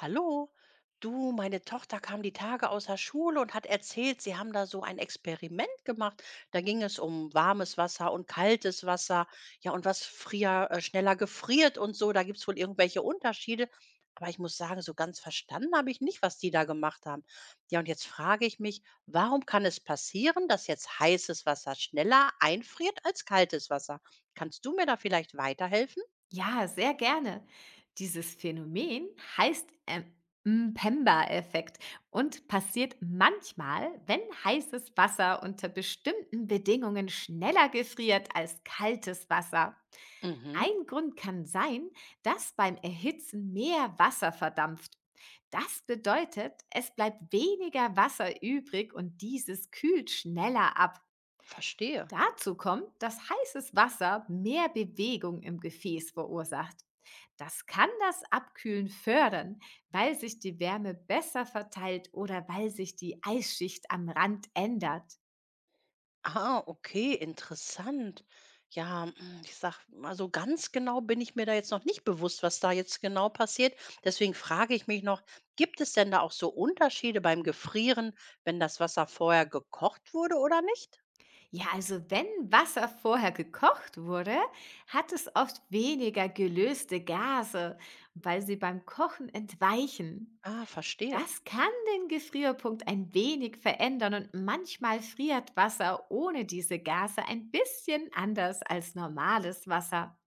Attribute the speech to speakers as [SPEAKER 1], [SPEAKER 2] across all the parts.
[SPEAKER 1] Hallo, du, meine Tochter kam die Tage aus der Schule und hat erzählt, sie haben da so ein Experiment gemacht. Da ging es um warmes Wasser und kaltes Wasser, ja, und was schneller gefriert und so. Da gibt es wohl irgendwelche Unterschiede. Aber ich muss sagen, so ganz verstanden habe ich nicht, was die da gemacht haben. Ja, und jetzt frage ich mich, warum kann es passieren, dass jetzt heißes Wasser schneller einfriert als kaltes Wasser? Kannst du mir da vielleicht weiterhelfen?
[SPEAKER 2] Ja, sehr gerne. Dieses Phänomen heißt Mpemba-Effekt und passiert manchmal, wenn heißes Wasser unter bestimmten Bedingungen schneller gefriert als kaltes Wasser.
[SPEAKER 1] Mhm,
[SPEAKER 2] Ein Grund kann sein, dass beim Erhitzen mehr Wasser verdampft. Das bedeutet, es bleibt weniger Wasser übrig und dieses kühlt schneller ab.
[SPEAKER 1] verstehe.
[SPEAKER 2] Dazu kommt, dass heißes Wasser mehr Bewegung im Gefäß verursacht. Das kann das Abkühlen fördern, weil sich die Wärme besser verteilt oder weil sich die Eisschicht am Rand ändert.
[SPEAKER 1] Ah, okay, interessant. Ja, ich sag mal, so ganz genau bin ich mir da jetzt noch nicht bewusst, was da jetzt genau passiert. Deswegen frage ich mich noch, gibt es denn da auch so Unterschiede beim Gefrieren, wenn das Wasser vorher gekocht wurde oder nicht?
[SPEAKER 2] Ja, also wenn Wasser vorher gekocht wurde, hat es oft weniger gelöste Gase, weil sie beim Kochen entweichen.
[SPEAKER 1] Ah, verstehe.
[SPEAKER 2] Das kann den Gefrierpunkt ein wenig verändern und manchmal friert Wasser ohne diese Gase ein bisschen anders als normales Wasser.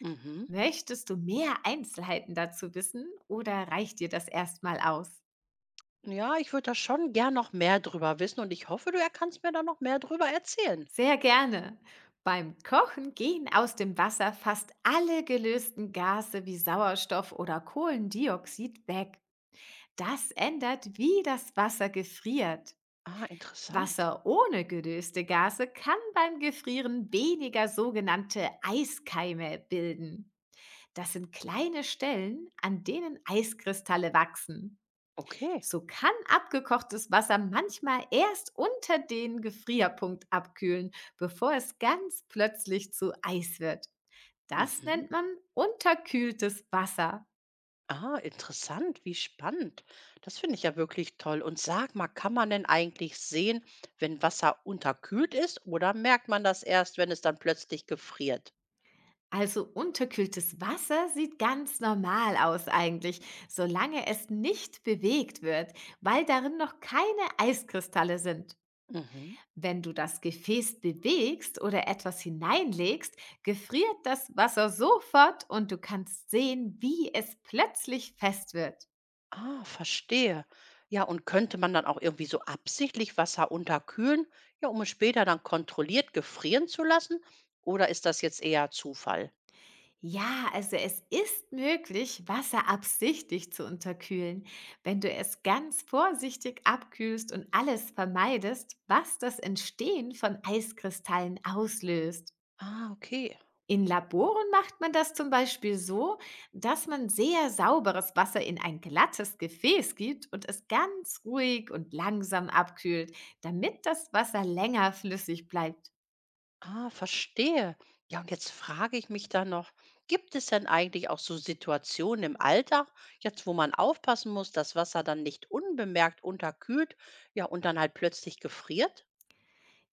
[SPEAKER 1] Mhm.
[SPEAKER 2] Möchtest du mehr Einzelheiten dazu wissen oder reicht dir das erstmal aus?
[SPEAKER 1] Ja, ich würde da schon gern noch mehr drüber wissen und ich hoffe, kannst mir da noch mehr drüber erzählen.
[SPEAKER 2] Sehr gerne. Beim Kochen gehen aus dem Wasser fast alle gelösten Gase wie Sauerstoff oder Kohlendioxid weg. Das ändert, wie das Wasser gefriert.
[SPEAKER 1] Ah, interessant.
[SPEAKER 2] Wasser ohne gelöste Gase kann beim Gefrieren weniger sogenannte Eiskeime bilden. Das sind kleine Stellen, an denen Eiskristalle wachsen.
[SPEAKER 1] Okay.
[SPEAKER 2] So kann abgekochtes Wasser manchmal erst unter den Gefrierpunkt abkühlen, bevor es ganz plötzlich zu Eis wird. Das
[SPEAKER 1] Mhm.
[SPEAKER 2] nennt man unterkühltes Wasser.
[SPEAKER 1] Ah, interessant, wie spannend. Das finde ich ja wirklich toll. Und sag mal, kann man denn eigentlich sehen, wenn Wasser unterkühlt ist oder merkt man das erst, wenn es dann plötzlich gefriert?
[SPEAKER 2] Also unterkühltes Wasser sieht ganz normal aus eigentlich, solange es nicht bewegt wird, weil darin noch keine Eiskristalle sind.
[SPEAKER 1] Mhm.
[SPEAKER 2] Wenn du das Gefäß bewegst oder etwas hineinlegst, gefriert das Wasser sofort und du kannst sehen, wie es plötzlich fest wird.
[SPEAKER 1] Ah, verstehe. Ja, und könnte man dann auch irgendwie so absichtlich Wasser unterkühlen, ja, um es später dann kontrolliert gefrieren zu lassen? Oder ist das jetzt eher Zufall?
[SPEAKER 2] Ja, also es ist möglich, Wasser absichtlich zu unterkühlen, wenn du es ganz vorsichtig abkühlst und alles vermeidest, was das Entstehen von Eiskristallen auslöst.
[SPEAKER 1] Ah, okay.
[SPEAKER 2] In Laboren macht man das zum Beispiel so, dass man sehr sauberes Wasser in ein glattes Gefäß gibt und es ganz ruhig und langsam abkühlt, damit das Wasser länger flüssig bleibt.
[SPEAKER 1] Ah, verstehe. Ja, und jetzt frage ich mich dann noch, gibt es denn eigentlich auch so Situationen im Alltag, jetzt wo man aufpassen muss, dass Wasser dann nicht unbemerkt unterkühlt, ja, und dann halt plötzlich gefriert?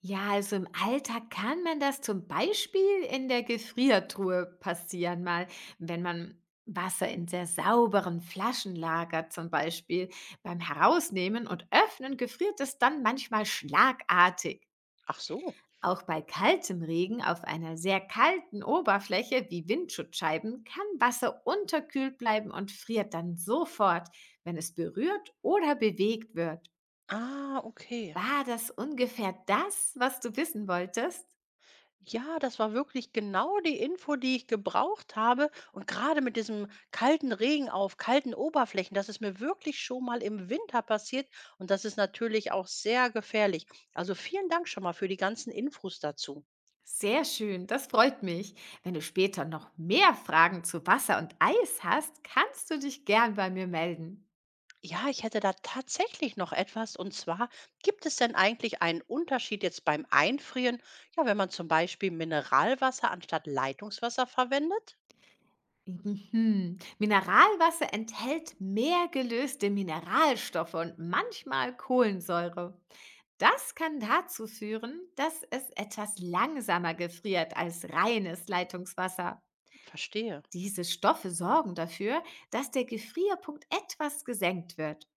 [SPEAKER 2] Ja, also im Alltag kann man das zum Beispiel in der Gefriertruhe passieren, mal, wenn man Wasser in sehr sauberen Flaschen lagert, zum Beispiel. Beim Herausnehmen und Öffnen gefriert es dann manchmal schlagartig.
[SPEAKER 1] Ach so.
[SPEAKER 2] Auch bei kaltem Regen auf einer sehr kalten Oberfläche wie Windschutzscheiben kann Wasser unterkühlt bleiben und friert dann sofort, wenn es berührt oder bewegt wird.
[SPEAKER 1] Ah, okay.
[SPEAKER 2] War das ungefähr das, was du wissen wolltest?
[SPEAKER 1] Ja, das war wirklich genau die Info, die ich gebraucht habe. Und gerade mit diesem kalten Regen auf kalten Oberflächen, das ist mir wirklich schon mal im Winter passiert. Und das ist natürlich auch sehr gefährlich. Also vielen Dank schon mal für die ganzen Infos dazu.
[SPEAKER 2] Sehr schön, das freut mich. Wenn du später noch mehr Fragen zu Wasser und Eis hast, kannst du dich gern bei mir melden.
[SPEAKER 1] Ja, ich hätte da tatsächlich noch etwas. Und zwar, gibt es denn eigentlich einen Unterschied jetzt beim Einfrieren, ja, wenn man zum Beispiel Mineralwasser anstatt Leitungswasser verwendet?
[SPEAKER 2] Mhm. Mineralwasser enthält mehr gelöste Mineralstoffe und manchmal Kohlensäure. Das kann dazu führen, dass es etwas langsamer gefriert als reines Leitungswasser.
[SPEAKER 1] Verstehe.
[SPEAKER 2] Diese Stoffe sorgen dafür, dass der Gefrierpunkt etwas gesenkt wird.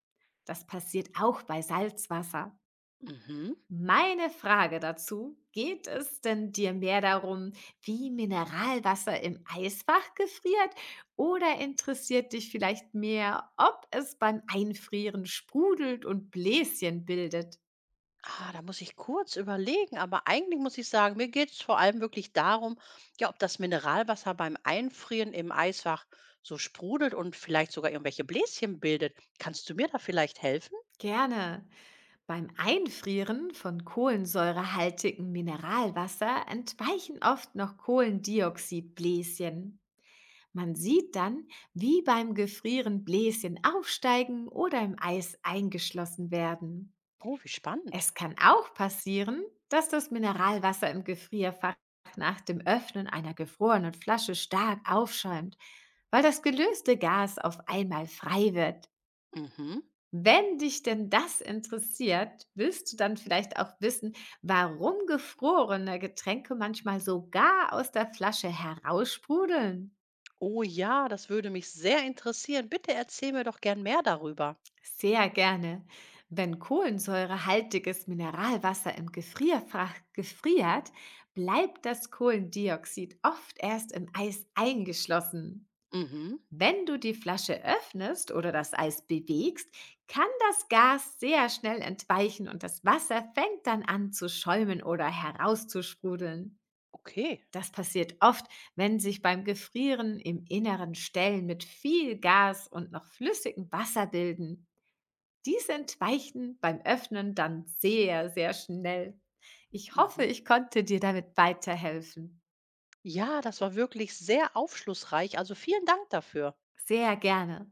[SPEAKER 2] Das passiert auch bei Salzwasser.
[SPEAKER 1] Mhm.
[SPEAKER 2] Meine Frage dazu, geht es denn dir mehr darum, wie Mineralwasser im Eisfach gefriert oder interessiert dich vielleicht mehr, ob es beim Einfrieren sprudelt und Bläschen bildet?
[SPEAKER 1] Ah, da muss ich kurz überlegen, aber eigentlich muss ich sagen, mir geht es vor allem wirklich darum, ja, ob das Mineralwasser beim Einfrieren im Eisfach so sprudelt und vielleicht sogar irgendwelche Bläschen bildet. Kannst du mir da vielleicht helfen?
[SPEAKER 2] Gerne. Beim Einfrieren von kohlensäurehaltigem Mineralwasser entweichen oft noch Kohlendioxidbläschen. Man sieht dann, wie beim Gefrieren Bläschen aufsteigen oder im Eis eingeschlossen werden.
[SPEAKER 1] Oh, wie spannend.
[SPEAKER 2] Es kann auch passieren, dass das Mineralwasser im Gefrierfach nach dem Öffnen einer gefrorenen Flasche stark aufschäumt, weil das gelöste Gas auf einmal frei wird.
[SPEAKER 1] Mhm.
[SPEAKER 2] Wenn dich denn das interessiert, willst du dann vielleicht auch wissen, warum gefrorene Getränke manchmal sogar aus der Flasche heraussprudeln?
[SPEAKER 1] Oh ja, das würde mich sehr interessieren. Bitte erzähl mir doch gern mehr darüber.
[SPEAKER 2] Sehr gerne. Wenn kohlensäurehaltiges Mineralwasser im Gefrierfach gefriert, bleibt das Kohlendioxid oft erst im Eis eingeschlossen.
[SPEAKER 1] Mhm.
[SPEAKER 2] Wenn du die Flasche öffnest oder das Eis bewegst, kann das Gas sehr schnell entweichen und das Wasser fängt dann an zu schäumen oder herauszusprudeln.
[SPEAKER 1] Okay.
[SPEAKER 2] Das passiert oft, wenn sich beim Gefrieren im Inneren Stellen mit viel Gas und noch flüssigem Wasser bilden. Die entweichen beim Öffnen dann sehr, sehr schnell. Ich hoffe,
[SPEAKER 1] Mhm.
[SPEAKER 2] ich konnte dir damit weiterhelfen.
[SPEAKER 1] Ja, das war wirklich sehr aufschlussreich. Also vielen Dank dafür.
[SPEAKER 2] Sehr gerne.